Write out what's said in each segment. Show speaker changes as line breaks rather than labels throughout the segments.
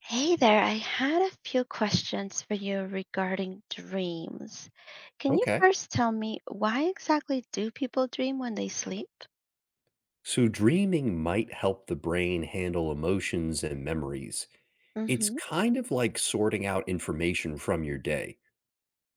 Hey there, I had a few questions for you regarding dreams. Can you
Okay.
first tell me why exactly do people dream when they sleep?
So dreaming might help the brain handle emotions and memories. It's
Mm-hmm.
kind of like sorting out information from your day.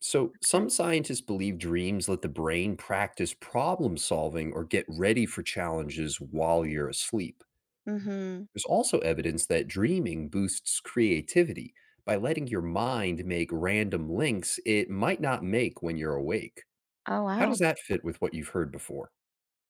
So, some
Okay.
scientists believe dreams let the brain practice problem solving or get ready for challenges while you're asleep.
Mm-hmm.
There's also evidence that dreaming boosts creativity by letting your mind make random links it might not make when you're awake.
Oh,
How
wow.
does that fit with what you've heard before?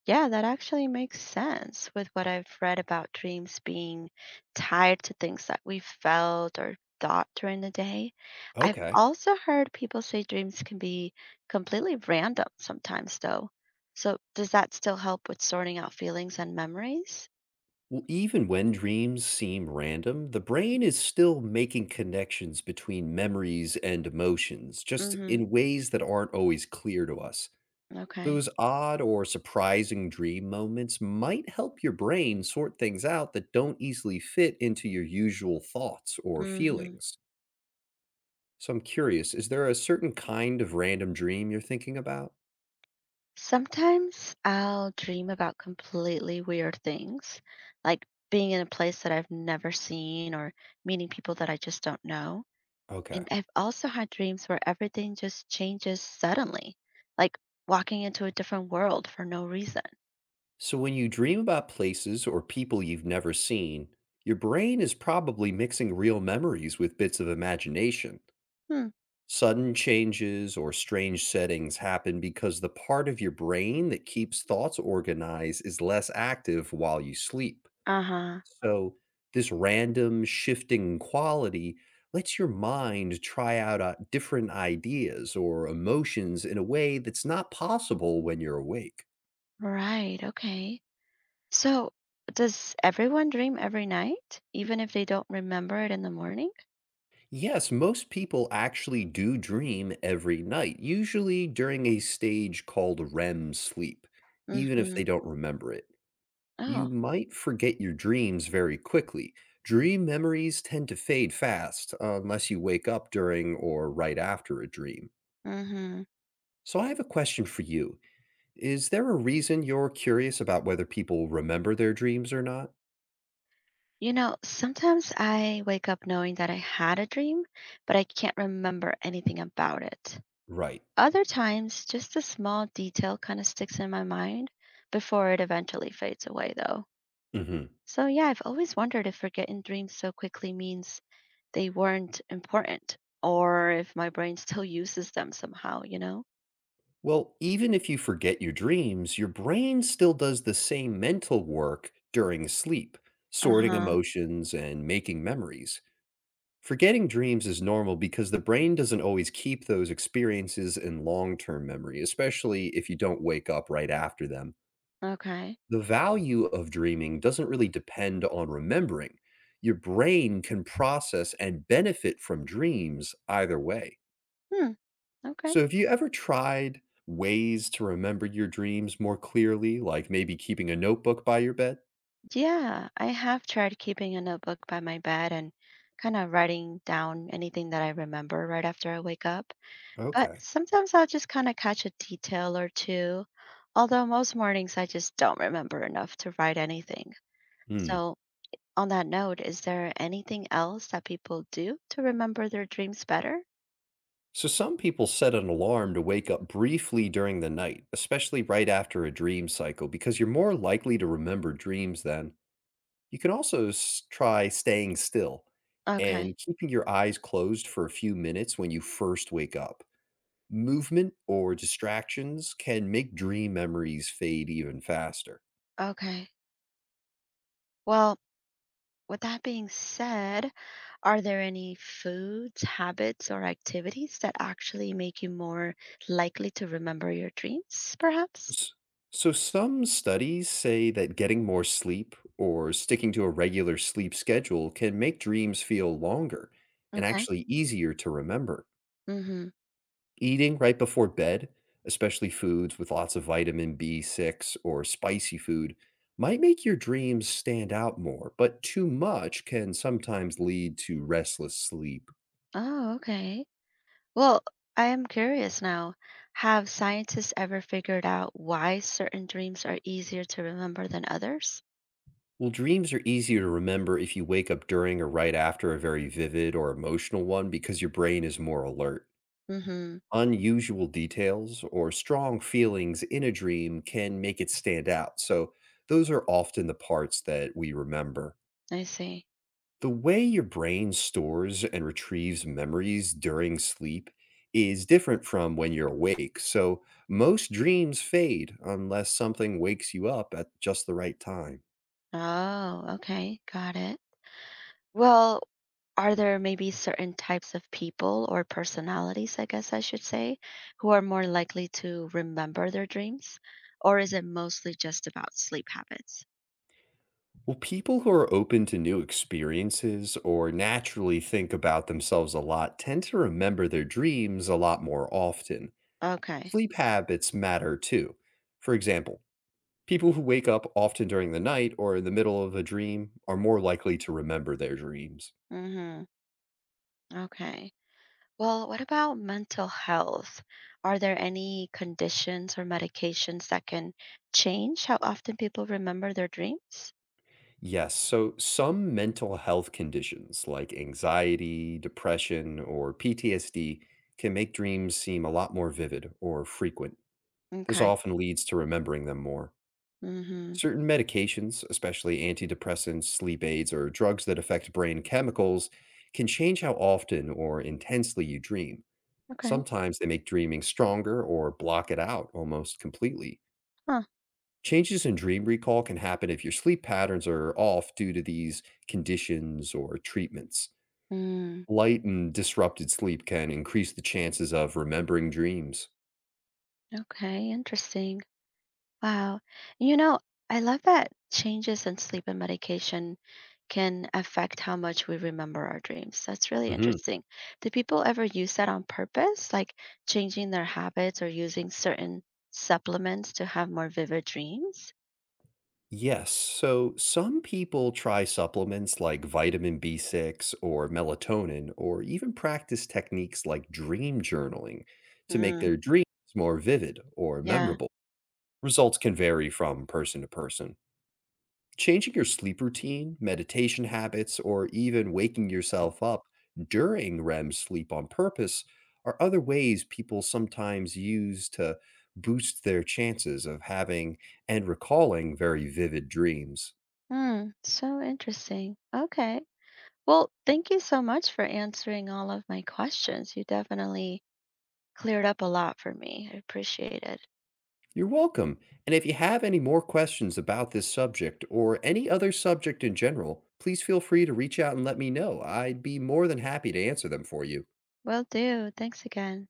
Yeah, that actually makes sense with what I've read about dreams being tied to things that we felt or thought during the day. I've
Okay.
also heard people say dreams can be completely random sometimes, though. So, does that still help with sorting out feelings and memories?
Well, even when dreams seem random, the brain is still making connections between memories and emotions, just
Mhm.
in ways that aren't always clear to us.
Okay.
Those odd or surprising dream moments might help your brain sort things out that don't easily fit into your usual thoughts or
Mhm.
feelings. So I'm curious, is there a certain kind of random dream you're thinking about?
Sometimes I'll dream about completely weird things, like being in a place that I've never seen or meeting people that I just don't know. And
Okay.
I've also had dreams where everything just changes suddenly, like walking into a different world for no reason.
So, when you dream about places or people you've never seen, your brain is probably mixing real memories with bits of imagination.
Hmm.
Sudden changes or strange settings happen because the part of your brain that keeps thoughts organized is less active while you sleep.
Uh-huh.
So, this random shifting quality lets your mind try out different ideas or emotions in a way that's not possible when you're awake.
Right. Okay. So, does everyone dream every night, even if they don't remember it in the morning?
Yes, most people actually do dream every night, usually during a stage called REM sleep, even if they
Mhm.
don't remember it.
Oh.
You might forget your dreams very quickly. Dream memories tend to fade fast unless you wake up during or right after a dream.
Mhm.
So, I have a question for you. Is there a reason you're curious about whether people remember their dreams or not?
You know, sometimes I wake up knowing that I had a dream, but I can't remember anything about it.
Right.
Other times, just a small detail kind of sticks in my mind before it eventually fades away, though.
hmm
So, yeah, I've always wondered if forgetting dreams so quickly means they weren't important or if my brain still uses them somehow, you know?
Well, even if you forget your dreams, your brain still does the same mental work during sleep,
Uh
sorting
huh.
emotions and making memories. Forgetting dreams is normal because the brain doesn't always keep those experiences in long term memory, especially if you don't wake up right after them.
Okay.
The value of dreaming doesn't really depend on remembering. Your brain can process and benefit from dreams either way.
Hmm. Okay.
So, have you ever tried ways to remember your dreams more clearly, like maybe keeping a notebook by your bed?
Yeah, I have tried keeping a notebook by my bed and kind of writing down anything that I remember right after I wake up. But
Okay.
sometimes I'll just kind of catch a detail or two, although most mornings I just don't remember enough to write anything.
Hmm.
So, on that note, is there anything else that people do to remember their dreams better?
So, some people set an alarm to wake up briefly during the night, especially right after a dream cycle, because you're more likely to remember dreams then. You can also try staying still
Okay,
and keeping your eyes closed for a few minutes when you first wake up. Movement or distractions can make dream memories fade even faster.
okay. Well, with that being said, are there any foods, habits, or activities that actually make you more likely to remember your dreams, perhaps?
S So some studies say that getting more sleep or sticking to a regular sleep schedule can make dreams feel longer and
Okay.
actually easier to remember.
Mm-hmm.
Eating right before bed, especially foods with lots of vitamin B6 or spicy food, might make your dreams stand out more, but too much can sometimes lead to restless sleep.
Oh, okay. Well, I am curious now. Have scientists ever figured out why certain dreams are easier to remember than others?
Well, dreams are easier to remember if you wake up during or right after a very vivid or emotional one because your brain is more alert.
Mm-hmm.
Unusual details or strong feelings in a dream can make it stand out. So, those are often the parts that we remember.
I see.
The way your brain stores and retrieves memories during sleep is different from when you're awake. So, most dreams fade unless something wakes you up at just the right time.
Oh, okay. Got it. Well, are there maybe certain types of people or personalities, I guess I should say, who are more likely to remember their dreams? Or is it mostly just about sleep habits?
Well, people who are open to new experiences or naturally think about themselves a lot tend to remember their dreams a lot more often.
Okay.
Sleep habits matter too. For example, people who wake up often during the night or in the middle of a dream are more likely to remember their dreams.
Mm-hmm. Okay. Well, what about mental health? Are there any conditions or medications that can change how often people remember their dreams?
Yes, so some mental health conditions like anxiety, depression, or PTSD can make dreams seem a lot more vivid or frequent. This
Okay.
often leads to remembering them more.
Mm-hmm.
Certain medications, especially antidepressants, sleep aids, or drugs that affect brain chemicals, can change how often or intensely you dream.
Okay.
Sometimes they make dreaming stronger or block it out almost completely.
Huh.
Changes in dream recall can happen if your sleep patterns are off due to these conditions or treatments.
Mm,
Light and disrupted sleep can increase the chances of remembering dreams.
okay. Interesting. Wow. You know, I love that changes in sleep and medication can affect how much we remember our dreams. That's really
hmm
interesting. Do people ever use that on purpose, like changing their habits or using certain supplements to have more vivid dreams?
Yes. So some people try supplements like vitamin B6 or melatonin, or even practice techniques like dream journaling to make
Mm,
their dreams more vivid or
yeah.
memorable. Results can vary from person to person. Changing your sleep routine, meditation habits, or even waking yourself up during REM sleep on purpose are other ways people sometimes use to boost their chances of having and recalling very vivid dreams.
Mm, so interesting. Okay. Well, thank you so much for answering all of my questions. You definitely cleared up a lot for me. I appreciate it.
You're welcome. And if you have any more questions about this subject or any other subject in general, please feel free to reach out and let me know. I'd be more than happy to answer them for you.
Will do. Thanks again.